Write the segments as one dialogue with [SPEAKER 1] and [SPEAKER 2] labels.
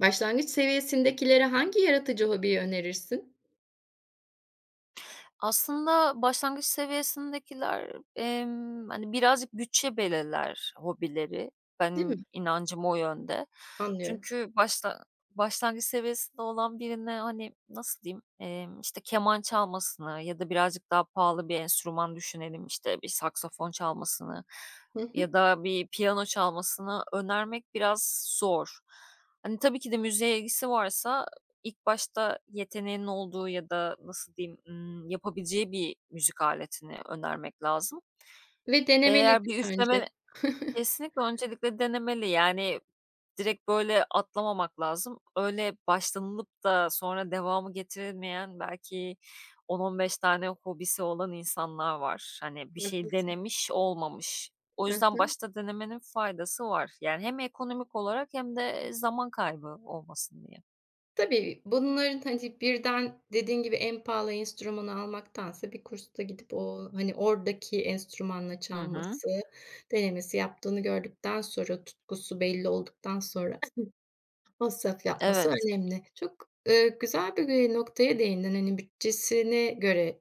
[SPEAKER 1] Başlangıç seviyesindekilere hangi yaratıcı hobiyi önerirsin?
[SPEAKER 2] Aslında başlangıç seviyesindekiler, hani, birazcık bütçe belirler hobileri.
[SPEAKER 1] Değil mi?
[SPEAKER 2] Benim inancım o yönde.
[SPEAKER 1] Anlıyorum.
[SPEAKER 2] Çünkü başlangıç seviyesinde olan birine, hani, nasıl diyeyim, işte, keman çalmasını ya da birazcık daha pahalı bir enstrüman düşünelim, işte, bir saksafon çalmasını
[SPEAKER 1] Hı hı.
[SPEAKER 2] ya da bir piyano çalmasını önermek biraz zor. Hani, tabii ki de müziğe ilgisi varsa İlk başta yeteneğinin olduğu ya da nasıl diyeyim, yapabileceği bir müzik aletini önermek lazım.
[SPEAKER 1] Ve denemeli
[SPEAKER 2] Eğer
[SPEAKER 1] değil
[SPEAKER 2] bir
[SPEAKER 1] mi önce?
[SPEAKER 2] üfleme. Kesinlikle öncelikle denemeli. Yani direkt böyle atlamamak lazım. Öyle başlanılıp da sonra devamı getirilmeyen belki 10-15 tane hobisi olan insanlar var. Hani bir şey
[SPEAKER 1] Haklısın.
[SPEAKER 2] denemiş, olmamış. O
[SPEAKER 1] Hı
[SPEAKER 2] yüzden
[SPEAKER 1] hı.
[SPEAKER 2] başta denemenin faydası var. Yani hem ekonomik olarak hem de zaman kaybı olmasın diye.
[SPEAKER 1] Tabii, bunların, hani, birden dediğin gibi en pahalı enstrümanı almaktansa bir kursta gidip o, hani, oradaki enstrümanla
[SPEAKER 2] Hı hı.
[SPEAKER 1] çalması, denemesi yaptığını gördükten sonra, tutkusu belli olduktan sonra masraf yapması
[SPEAKER 2] Evet.
[SPEAKER 1] önemli. Çok, güzel bir, noktaya değindin. Hani, bütçesine göre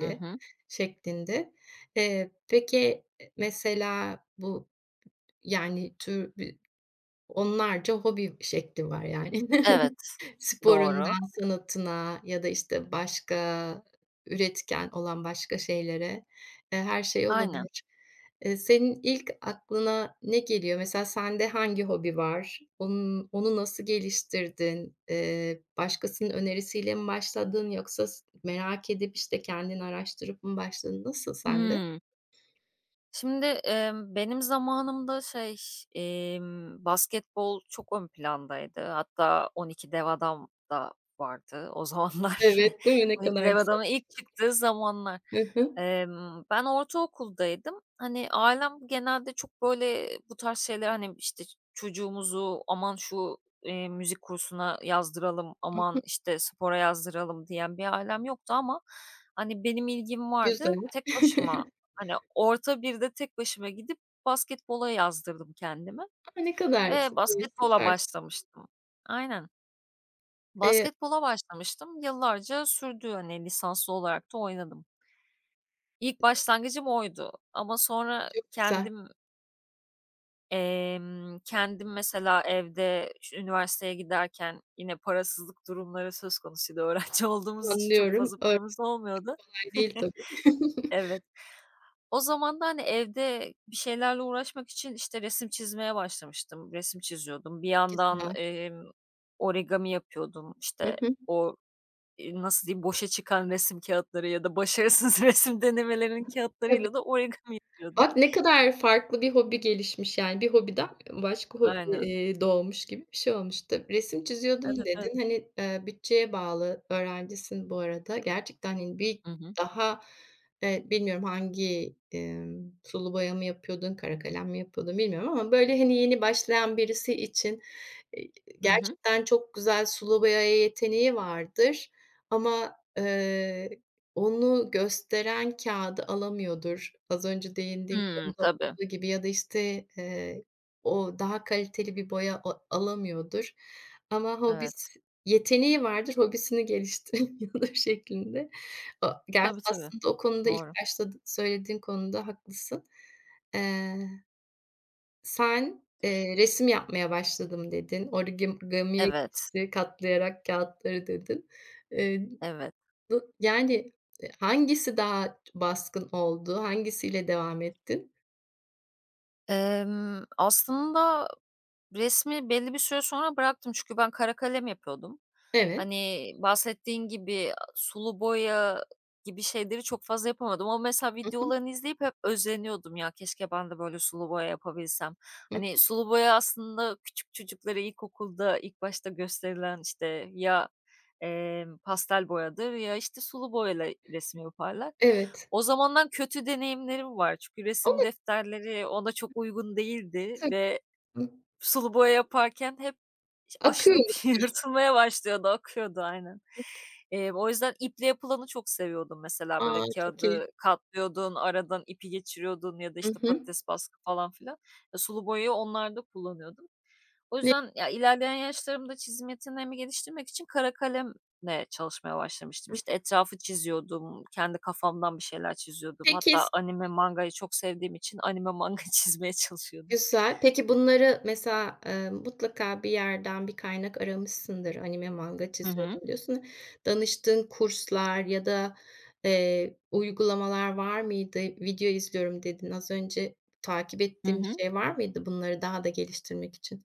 [SPEAKER 2] Hı hı.
[SPEAKER 1] şeklinde. Peki, mesela bu, yani, onlarca hobi şekli var yani.
[SPEAKER 2] Evet, doğru.
[SPEAKER 1] Sporundan sanatına ya da, işte, başka üretken olan başka şeylere, her şey
[SPEAKER 2] Aynen.
[SPEAKER 1] olabilir. Senin ilk aklına ne geliyor? Mesela sende hangi hobi var? Onu nasıl geliştirdin? Başkasının önerisiyle mi başladın yoksa merak edip, işte, kendin araştırıp mı başladın? Nasıl sende?
[SPEAKER 2] Hıı. Şimdi, benim zamanımda şey, basketbol çok ön plandaydı. Hatta 12 Dev Adam da vardı o zamanlar.
[SPEAKER 1] Evet, değil mi? Ne
[SPEAKER 2] 12
[SPEAKER 1] kadar
[SPEAKER 2] Dev
[SPEAKER 1] güzel.
[SPEAKER 2] Adam'ın ilk çıktığı zamanlar.
[SPEAKER 1] Hı hı.
[SPEAKER 2] Ben ortaokuldaydım. Hani, ailem genelde çok, böyle, bu tarz şeyler, hani, işte, çocuğumuzu aman şu, müzik kursuna yazdıralım,
[SPEAKER 1] Hı
[SPEAKER 2] aman,
[SPEAKER 1] hı.
[SPEAKER 2] işte, spora yazdıralım diyen bir ailem yoktu ama, hani, benim ilgim vardı.
[SPEAKER 1] Güzel.
[SPEAKER 2] Tek başıma. Hani, orta 1'de tek başıma gidip basketbola yazdırdım kendimi
[SPEAKER 1] A, ne kadar,
[SPEAKER 2] ve basketbola
[SPEAKER 1] süper.
[SPEAKER 2] başlamıştım. Aynen.
[SPEAKER 1] Eee,
[SPEAKER 2] Basketbola başlamıştım. Yıllarca sürdü, hani, lisanslı olarak da oynadım. İlk başlangıcım oydu ama sonra
[SPEAKER 1] çok güzel.
[SPEAKER 2] kendim mesela evde üniversiteye giderken yine parasızlık durumları söz konusuydu. Öğrenci olduğumuz için çok
[SPEAKER 1] Anlıyorum.
[SPEAKER 2] fazla paramız olmuyordu.
[SPEAKER 1] Değil tabii.
[SPEAKER 2] Evet. O zaman da, hani, evde bir şeylerle uğraşmak için, işte, resim çizmeye başlamıştım. Resim çiziyordum. Bir yandan,
[SPEAKER 1] Güzel.
[SPEAKER 2] origami yapıyordum.
[SPEAKER 1] Hı
[SPEAKER 2] İşte,
[SPEAKER 1] hı.
[SPEAKER 2] o, nasıl diyeyim, boşa çıkan resim kağıtları ya da başarısız resim denemelerinin
[SPEAKER 1] Tabii.
[SPEAKER 2] kağıtlarıyla da origami yapıyordum.
[SPEAKER 1] Bak, ne kadar farklı bir hobi gelişmiş, yani, bir hobiden başka hobi,
[SPEAKER 2] Aynen.
[SPEAKER 1] doğmuş gibi bir şey olmuş. Tabii, resim çiziyordun
[SPEAKER 2] Evet, evet.
[SPEAKER 1] dedin. Hani, bütçeye bağlı, öğrencisin bu arada. Gerçekten, hani, bir
[SPEAKER 2] Hı hı.
[SPEAKER 1] daha, bilmiyorum hangi, sulu boya mı yapıyordun, kara kalem mi yapıyordun bilmiyorum ama, böyle, hani, yeni başlayan birisi için, eee,
[SPEAKER 2] Hı hı.
[SPEAKER 1] gerçekten çok güzel sulu boyaya yeteneği vardır ama, onu gösteren kağıdı alamıyordur. Az önce değindiğim
[SPEAKER 2] Hımm,
[SPEAKER 1] konuda
[SPEAKER 2] tabii.
[SPEAKER 1] olduğu gibi ya da, işte, o daha kaliteli bir boya alamıyordur ama
[SPEAKER 2] Evet.
[SPEAKER 1] hobisi yeteneği vardır, hobisini geliştiremiyordur şeklinde. O gerçi
[SPEAKER 2] Tabii, tabii.
[SPEAKER 1] aslında o konuda ilk
[SPEAKER 2] Doğru.
[SPEAKER 1] başta söylediğin konuda haklısın. Eee, sen, "Resim yapmaya başladım." dedin, gami'ye
[SPEAKER 2] Evet,
[SPEAKER 1] geçti katlayarak kağıtları dedin. Eee
[SPEAKER 2] evet.
[SPEAKER 1] bu yani, hangisi daha baskın oldu? Hangisiyle devam ettin?
[SPEAKER 2] Aslında resmi belli bir süre sonra bıraktım çünkü ben kara kalem yapıyordum.
[SPEAKER 1] Evet.
[SPEAKER 2] Hani, bahsettiğin gibi sulu boya gibi şeyleri çok fazla yapamadım ama mesela
[SPEAKER 1] Hı hı.
[SPEAKER 2] videolarını izleyip hep özeniyordum ya, keşke ben de böyle sulu boya yapabilsem.
[SPEAKER 1] Hı hı.
[SPEAKER 2] Hani, sulu boya aslında küçük çocuklara ilkokulda ilk başta gösterilen, işte, ya, pastel boyadır ya, işte, sulu boyayla resim yaparlar.
[SPEAKER 1] Evet.
[SPEAKER 2] O zamandan kötü deneyimlerim var. Çünkü resim
[SPEAKER 1] Olabilir
[SPEAKER 2] defterleri ona çok uygun değildi
[SPEAKER 1] tabii ki.
[SPEAKER 2] ve sulu boya yaparken hep aşınıp
[SPEAKER 1] Akıyormuştur.
[SPEAKER 2] yırtılmaya başlıyordu, akıyordu aynen.
[SPEAKER 1] Evet.
[SPEAKER 2] O yüzden iple yapılanı çok seviyordum mesela, böyle,
[SPEAKER 1] A, çok iyi.
[SPEAKER 2] kağıdı katlıyordun, aradan ipi geçiriyordun ya da,
[SPEAKER 1] Hı
[SPEAKER 2] işte,
[SPEAKER 1] hı.
[SPEAKER 2] patates baskı falan filan. Sulu boyayı onlarda kullanıyordum. O
[SPEAKER 1] Ne
[SPEAKER 2] yüzden ya, ilerleyen yaşlarımda çizim yeteneğimi geliştirmek için kara kalemle çalışmaya başlamıştım. İşte, etrafı çiziyordum, kendi kafamdan bir şeyler çiziyordum.
[SPEAKER 1] Peki
[SPEAKER 2] Hatta anime, mangayı çok sevdiğim için anime, manga çizmeye çalışıyordum.
[SPEAKER 1] Güzel. Peki bunları mesela, mutlaka bir yerden bir kaynak aramışsındır. "Anime manga
[SPEAKER 2] Hı hı.
[SPEAKER 1] çiziyordum." diyorsun. Danıştığın kurslar ya da, uygulamalar var mıydı? "Video izliyorum." dedin az önce. Takip
[SPEAKER 2] Hı
[SPEAKER 1] ettiğin bir
[SPEAKER 2] hı.
[SPEAKER 1] şey var mıydı bunları daha da geliştirmek için?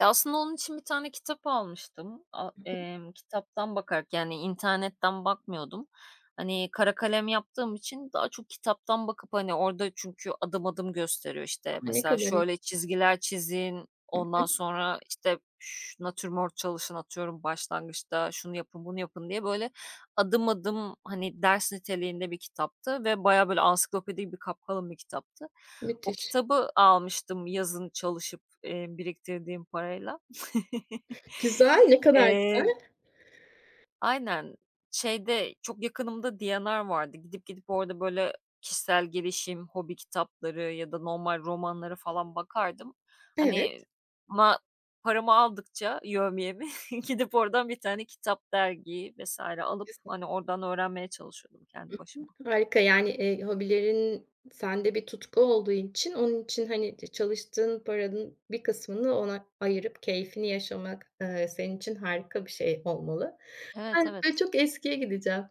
[SPEAKER 2] Ya, aslında onun için bir tane kitap almıştım. A Kitaptan bakarak, yani, internetten bakmıyordum. Hani, kara kalem yaptığım için daha çok kitaptan bakıp, hani, orada çünkü adım adım gösteriyor. İşte
[SPEAKER 1] A, ne
[SPEAKER 2] mesela
[SPEAKER 1] kadar iyi,
[SPEAKER 2] şöyle çizgiler çizin, ondan sonra, işte, natürmort çalışın, atıyorum başlangıçta şunu yapın, bunu yapın diye böyle adım adım, hani, ders niteliğinde bir kitaptı ve baya böyle ansiklopedi bir kapkalın bir kitaptı. O
[SPEAKER 1] müthiş.
[SPEAKER 2] kitabı almıştım yazın çalışıp, biriktirdiğim parayla.
[SPEAKER 1] Güzel, ne kadar
[SPEAKER 2] Eee,
[SPEAKER 1] güzel.
[SPEAKER 2] aynen. Şeyde, çok yakınımda D&R vardı. Gidip gidip orada böyle kişisel gelişim, hobi kitapları ya da normal romanlara falan bakardım.
[SPEAKER 1] Evet.
[SPEAKER 2] Hani, ma paramı aldıkça yevmiyemi gidip oradan bir tane kitap, dergi vs. alıp, hani, oradan öğrenmeye çalışıyordum kendi başıma.
[SPEAKER 1] Harika, yani, hobilerin sende bir tutku olduğu için onun için, hani, çalıştığın paranın bir kısmını ona ayırıp keyfini yaşamak, senin için harika bir şey olmalı.
[SPEAKER 2] Evet,
[SPEAKER 1] Ben,
[SPEAKER 2] evet.
[SPEAKER 1] böyle, çok eskiye gideceğim.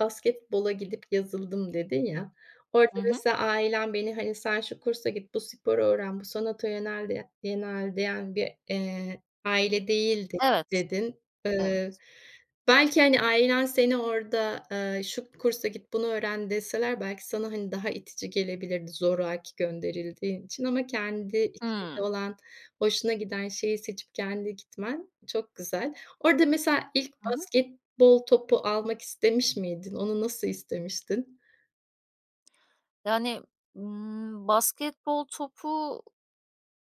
[SPEAKER 1] Basketbola gidip yazıldım dedin ya, orada
[SPEAKER 2] Hı hı.
[SPEAKER 1] mesela ailem beni, hani, "Sen şu kursa git, bu sporu öğren, bu sanata yönel" de yönel diyen bir, aile değildi
[SPEAKER 2] Evet,
[SPEAKER 1] dedin. Eee,
[SPEAKER 2] evet.
[SPEAKER 1] belki, hani, ailen seni orada, "Şu kursa git, bunu öğren." deseler belki sana, hani, daha itici gelebilirdi zoraki gönderildiğin için ama kendi içinde
[SPEAKER 2] Hımm.
[SPEAKER 1] olan, hoşuna giden şeyi seçip kendi gitmen çok güzel. Orada mesela ilk
[SPEAKER 2] Hı hı.
[SPEAKER 1] basketbol topu almak istemiş miydin? Onu nasıl istemiştin?
[SPEAKER 2] Yani, basketbol topu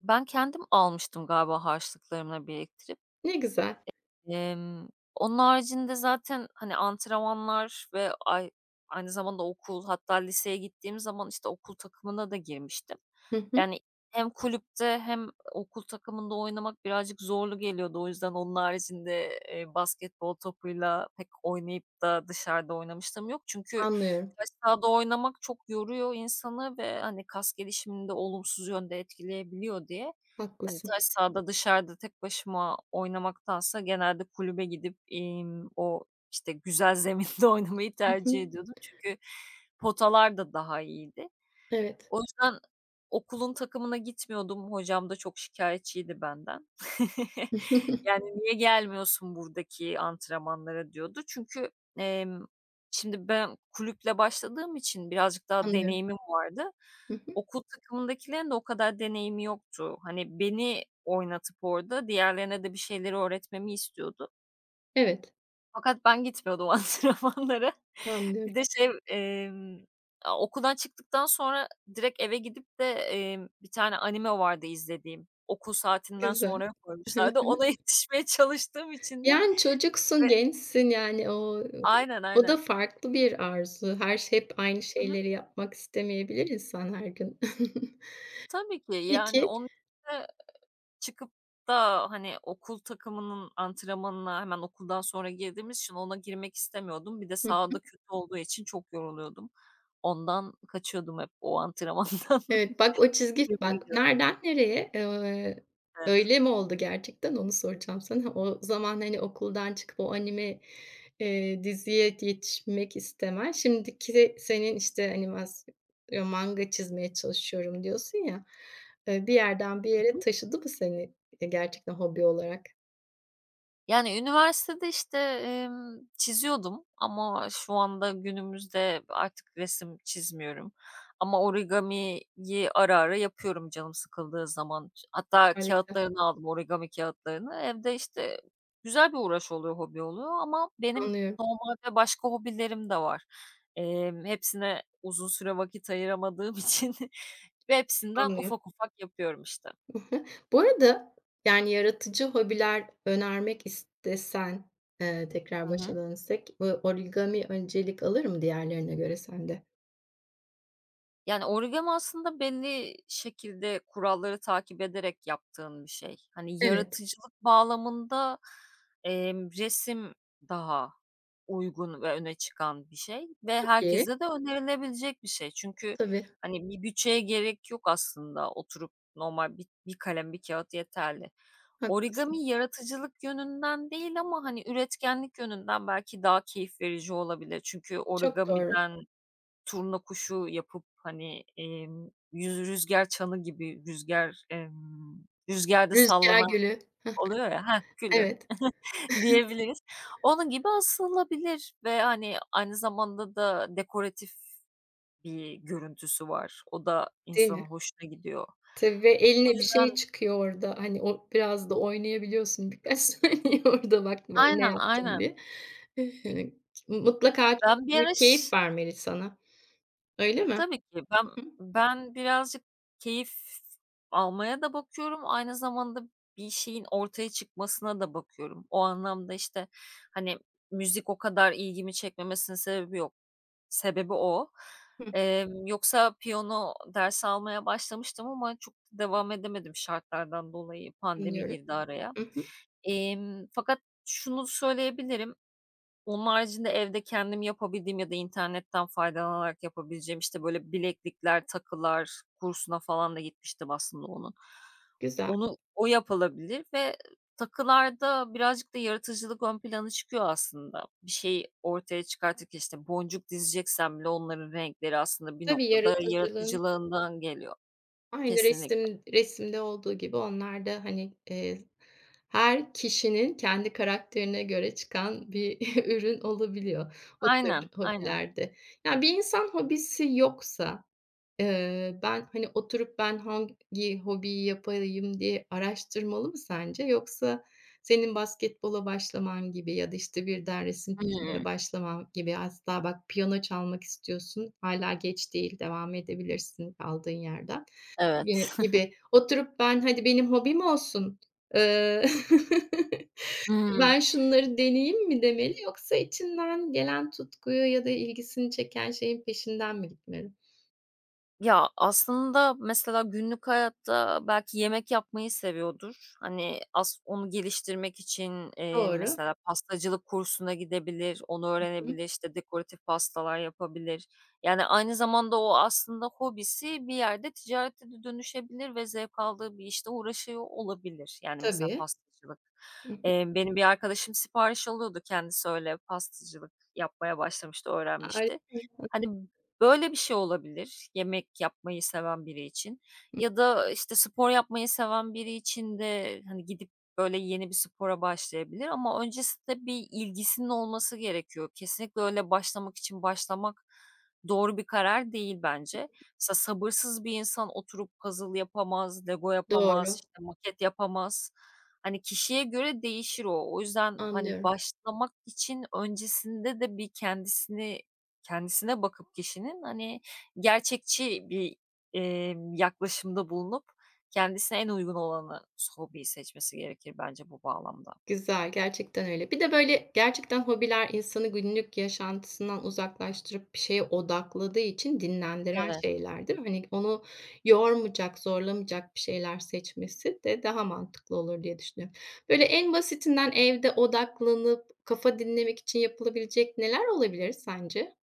[SPEAKER 2] ben kendim almıştım galiba harçlıklarımla biriktirip.
[SPEAKER 1] Ne güzel.
[SPEAKER 2] Emm, Onun haricinde zaten, hani, antrenmanlar ve aynı zamanda okul hatta liseye gittiğim zaman, işte, okul takımına da girmiştim.
[SPEAKER 1] Hı hı,
[SPEAKER 2] Yani hem kulüpte hem okul takımında oynamak birazcık zorlu geliyordu. O yüzden onun haricinde, basketbol topuyla pek oynayıp da dışarıda oynamıştım yok. Çünkü
[SPEAKER 1] anlıyorum.
[SPEAKER 2] taş sahada oynamak çok yoruyor insanı ve, hani, kas gelişimini de olumsuz yönde etkileyebiliyor diye. Hani,
[SPEAKER 1] Haklısın.
[SPEAKER 2] taş sahada dışarıda tek başıma oynamaktansa genelde kulübe gidip, o, işte, güzel zeminde oynamayı
[SPEAKER 1] Hı
[SPEAKER 2] tercih
[SPEAKER 1] hı.
[SPEAKER 2] ediyordum. Çünkü potalar da daha iyiydi.
[SPEAKER 1] Evet.
[SPEAKER 2] O yüzden okulun takımına gitmiyordum. Hocam da çok şikâyetçiydi benden. Yani, "Niye gelmiyorsun buradaki antrenmanlara?" diyordu. Çünkü, emm, şimdi ben kulüple başladığım için birazcık daha
[SPEAKER 1] Anlıyorum.
[SPEAKER 2] deneyimim vardı.
[SPEAKER 1] Hı hı.
[SPEAKER 2] Okul takımındakilerin de o kadar deneyimi yoktu. Hani, beni oynatıp orada diğerlerine de bir şeyleri öğretmemi istiyordu.
[SPEAKER 1] Evet,
[SPEAKER 2] Fakat ben gitmiyordum antrenmanlara.
[SPEAKER 1] anlıyorum.
[SPEAKER 2] Bir de şey, a okuldan çıktıktan sonra direkt eve gidip de, bir tane anime vardı izlediğim. Okul saatinden
[SPEAKER 1] Güzel.
[SPEAKER 2] sonra koymuşlardı. Ona yetişmeye çalıştığım için de
[SPEAKER 1] Yani
[SPEAKER 2] ve.
[SPEAKER 1] çocuksun, gençsin, yani o
[SPEAKER 2] Aynen,
[SPEAKER 1] o da
[SPEAKER 2] aynen.
[SPEAKER 1] farklı bir arzu. Her şey hep aynı
[SPEAKER 2] Hı hı.
[SPEAKER 1] şeyleri yapmak istemeyebilir insan her gün.
[SPEAKER 2] Tabii ki, yani,
[SPEAKER 1] Peki
[SPEAKER 2] onun için de çıkıp da, hani, okul takımının antrenmanına hemen okuldan sonra girdiğimiz için ona girmek istemiyordum. Bir de sahada kötü olduğu için çok yoruluyordum. Ondan kaçıyordum hep o antrenmandan.
[SPEAKER 1] Evet, bak o çizgi
[SPEAKER 2] Kulübe
[SPEAKER 1] bak
[SPEAKER 2] gidiyorduk,
[SPEAKER 1] nereden nereye? Eee,
[SPEAKER 2] evet.
[SPEAKER 1] öyle mi oldu gerçekten onu soracağım sana. O zaman, hani, okuldan çıkıp o anime, diziye yetişmek istemen, şimdiki senin, işte, manga çizmeye çalışıyorum diyorsun ya, bir yerden bir
[SPEAKER 2] Hı
[SPEAKER 1] yere
[SPEAKER 2] hı.
[SPEAKER 1] taşıdı mı seni, gerçekten hobi olarak?
[SPEAKER 2] Yani, üniversitede, işte, çiziyordum ama şu anda günümüzde artık resim çizmiyorum. Ama origamiyi ara ara yapıyorum canım sıkıldığı zaman. Hatta
[SPEAKER 1] Harika,
[SPEAKER 2] kâğıtlarını aldım, origami kâğıtlarını. Evde, işte, güzel bir uğraş oluyor, hobi oluyor ama benim
[SPEAKER 1] anlıyorum,
[SPEAKER 2] normalde başka hobilerim de var. Hepsine uzun süre vakit ayıramadığım için ve hepsinden
[SPEAKER 1] anlıyorum.
[SPEAKER 2] ufak ufak yapıyorum, işte.
[SPEAKER 1] Bu arada, yani, yaratıcı hobiler önermek istesen,
[SPEAKER 2] Hı
[SPEAKER 1] tekrar başa
[SPEAKER 2] hı.
[SPEAKER 1] dönsek, bu origami öncelik alır mı diğerlerine göre sende?
[SPEAKER 2] Yani, origami aslında belli şekilde kuralları takip ederek yaptığın bir şey. Hani,
[SPEAKER 1] Evet,
[SPEAKER 2] yaratıcılık bağlamında, resim daha uygun ve öne çıkan bir şey ve
[SPEAKER 1] çok iyi.
[SPEAKER 2] herkese de önerilebilecek bir şey. Çünkü,
[SPEAKER 1] Tabii,
[SPEAKER 2] hani, bir bütçeye gerek yok aslında. Oturup normal bir kalem, bir kağıt yeterli.
[SPEAKER 1] haklısın.
[SPEAKER 2] Origami yaratıcılık yönünden değil ama, hani, üretkenlik yönünden belki daha keyif verici olabilir. Çünkü
[SPEAKER 1] Çok doğru.
[SPEAKER 2] origamiden turna kuşu yapıp, hani, yüz rüzgâr çanı gibi rüzgar rüzgârda
[SPEAKER 1] Rüzgar
[SPEAKER 2] sallanan
[SPEAKER 1] gülü. Hah,
[SPEAKER 2] oluyor ya. Heh, külü
[SPEAKER 1] evet,
[SPEAKER 2] diyebiliriz. Onun gibi asılabilir ve, hani, aynı zamanda da dekoratif bir görüntüsü var. O da
[SPEAKER 1] değil
[SPEAKER 2] insanın
[SPEAKER 1] mi?
[SPEAKER 2] hoşuna gidiyor.
[SPEAKER 1] Tabii ve
[SPEAKER 2] O
[SPEAKER 1] eline bir
[SPEAKER 2] yüzden.
[SPEAKER 1] şey çıkıyor orada, hani, o biraz da oynayabiliyorsun birkaç saniye orada bak ben
[SPEAKER 2] Aynen,
[SPEAKER 1] ne yaptım
[SPEAKER 2] aynen.
[SPEAKER 1] diye. Hı. Mutlaka
[SPEAKER 2] Ben
[SPEAKER 1] çok
[SPEAKER 2] bir ara.
[SPEAKER 1] büyük keyif vermeli sana, öyle mi?
[SPEAKER 2] Tabii ki. Ben
[SPEAKER 1] Hı hı.
[SPEAKER 2] ben birazcık keyif almaya da bakıyorum, aynı zamanda bir şeyin ortaya çıkmasına da bakıyorum. O anlamda, işte, hani, müzik o kadar ilgimi çekmemesinin sebebi yok. Sebebi o.
[SPEAKER 1] Hı,
[SPEAKER 2] Yoksa piyano dersi almaya başlamıştım ama çok devam edemedim şartlardan dolayı. Pandemi
[SPEAKER 1] anlıyorum.
[SPEAKER 2] girdi araya.
[SPEAKER 1] Hı hı.
[SPEAKER 2] Fakat şunu söyleyebilirim onun haricinde evde kendim yapabildiğim ya da internetten faydalanarak yapabileceğim, işte, böyle bileklikler, takılar kursuna falan da gitmiştim aslında onun.
[SPEAKER 1] Güzel.
[SPEAKER 2] O yapılabilir ve takılarda birazcık da yaratıcılık ön plana çıkıyor aslında. Bir şeyi ortaya çıkartırken, işte, boncuk dizeceksen bile onların renkleri aslında bir
[SPEAKER 1] Tabii,
[SPEAKER 2] noktada
[SPEAKER 1] yaratıcılığın
[SPEAKER 2] yaratıcılığından geliyor.
[SPEAKER 1] aynı
[SPEAKER 2] Kesinlikle.
[SPEAKER 1] resimde olduğu gibi onlar da, hani, her kişinin kendi karakterine göre çıkan bir ürün olabiliyor o tür
[SPEAKER 2] Aynen, aynen.
[SPEAKER 1] hobilerde. Yani bir insan hobisi yoksa ben, hani, oturup ben hangi hobiyi yapayım diye araştırmalı mı sence? Yoksa senin basketbola başlaman gibi ya da, işte, birden resim çizmeye
[SPEAKER 2] Hımm.
[SPEAKER 1] başlaman gibi asla bak piyano çalmak istiyorsun, hala geç değil, devam edebilirsin kaldığın yerden
[SPEAKER 2] Evet.
[SPEAKER 1] gibi. Oturup ben, "Hadi benim hobim olsun, eee,
[SPEAKER 2] Hımm.
[SPEAKER 1] ben şunları deneyeyim." mi demeli yoksa içinden gelen tutkuyu ya da ilgisini çeken şeyin peşinden mi gitmeli?
[SPEAKER 2] Ya, aslında mesela günlük hayatta belki yemek yapmayı seviyordur. Hani, onu geliştirmek için,
[SPEAKER 1] Doğru.
[SPEAKER 2] mesela pastacılık kursuna gidebilir, onu öğrenebilir, işte, dekoratif pastalar yapabilir. Yani, aynı zamanda o aslında hobisi bir yerde ticarete de dönüşebilir ve zevk aldığı bir işte uğraşıyor olabilir. Yani, mesela
[SPEAKER 1] Tabii.
[SPEAKER 2] pastacılık.
[SPEAKER 1] Hı hı.
[SPEAKER 2] Benim bir arkadaşım sipariş alıyordu, kendisi öyle pastacılık yapmaya başlamıştı,
[SPEAKER 1] Harika.
[SPEAKER 2] öğrenmişti. Hani, böyle bir şey olabilir yemek yapmayı seven biri için ya da, işte, spor yapmayı seven biri için de, hani, gidip böyle yeni bir spora başlayabilir ama öncesinde bir ilgisinin olması gerekiyor. Kesinlikle öyle başlamak için başlamak doğru bir karar değil bence. Mesela sabırsız bir insan oturup puzzle yapamaz, Lego yapamaz,
[SPEAKER 1] Doğru,
[SPEAKER 2] işte, maket yapamaz. Hani, kişiye göre değişir o. O yüzden, hani,
[SPEAKER 1] anlıyorum.
[SPEAKER 2] başlamak için öncesinde de bir kendisini. Kendisine bakıp kişinin, hani, gerçekçi bir, yaklaşımda bulunup kendisine en uygun olanı hobiyi seçmesi gerekir bence bu bağlamda.
[SPEAKER 1] Güzel, gerçekten öyle. Bir de, böyle, gerçekten hobiler insanı günlük yaşantısından uzaklaştırıp bir şeye odakladığı için dinlendiren
[SPEAKER 2] Evet.
[SPEAKER 1] şeyler, değil mi? Hani, onu yormayacak, zorlamayacak bir şeyler seçmesi de daha mantıklı olur diye düşünüyorum. Böyle, en basitinden evde odaklanıp kafa dinlemek için yapılabilecek neler olabilir sence?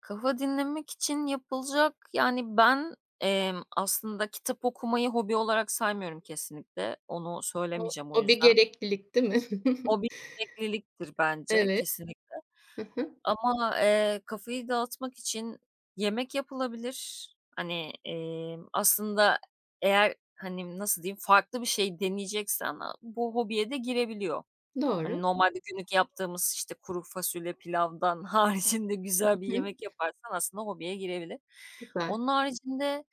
[SPEAKER 2] Kafa dinlemek için yapılacak. Yani ben, aslında kitap okumayı hobi olarak saymıyorum kesinlikle. Onu
[SPEAKER 1] O
[SPEAKER 2] söylemeyeceğim o
[SPEAKER 1] o bir
[SPEAKER 2] yüzden.
[SPEAKER 1] gereklilik, değil mi?
[SPEAKER 2] O bir emekliliktir bence
[SPEAKER 1] Evet.
[SPEAKER 2] kesinlikle.
[SPEAKER 1] Hı hı.
[SPEAKER 2] Ama, kafayı dağıtmak için yemek yapılabilir. Hani, aslında eğer, hani, nasıl diyeyim, farklı bir şey deneyeceksen bu hobiye de girebiliyor.
[SPEAKER 1] Doğru.
[SPEAKER 2] Hani, normalde günlük yaptığımız, işte, kuru fasulye, pilavdan haricinde güzel bir
[SPEAKER 1] Hı hı.
[SPEAKER 2] yemek yaparsan aslında hobiye girebilir.
[SPEAKER 1] Güzel.
[SPEAKER 2] Onun haricinde,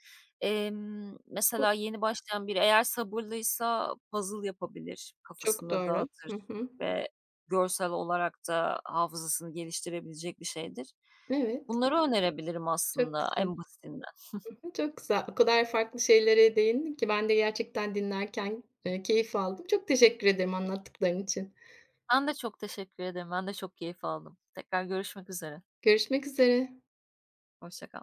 [SPEAKER 1] Bu
[SPEAKER 2] mesela yeni başlayan biri eğer sabırlıysa puzzle yapabilir,
[SPEAKER 1] Çok
[SPEAKER 2] kafasında
[SPEAKER 1] doğru.
[SPEAKER 2] dağıtır
[SPEAKER 1] Hı hı.
[SPEAKER 2] ve görsel olarak da hafızasını geliştirebilecek bir şeydir.
[SPEAKER 1] Evet,
[SPEAKER 2] Bunları önerebilirim
[SPEAKER 1] çok
[SPEAKER 2] aslında
[SPEAKER 1] güzel.
[SPEAKER 2] en basitinden.
[SPEAKER 1] Hı hı, çok güzel. O kadar farklı şeylere değindin ki ben de gerçekten dinlerken, keyif aldım. Çok teşekkür ederim anlattıkların için.
[SPEAKER 2] Ben de çok teşekkür ederim. Ben de çok keyif aldım. Tekrar görüşmek üzere.
[SPEAKER 1] Görüşmek üzere.
[SPEAKER 2] Hoşça kal.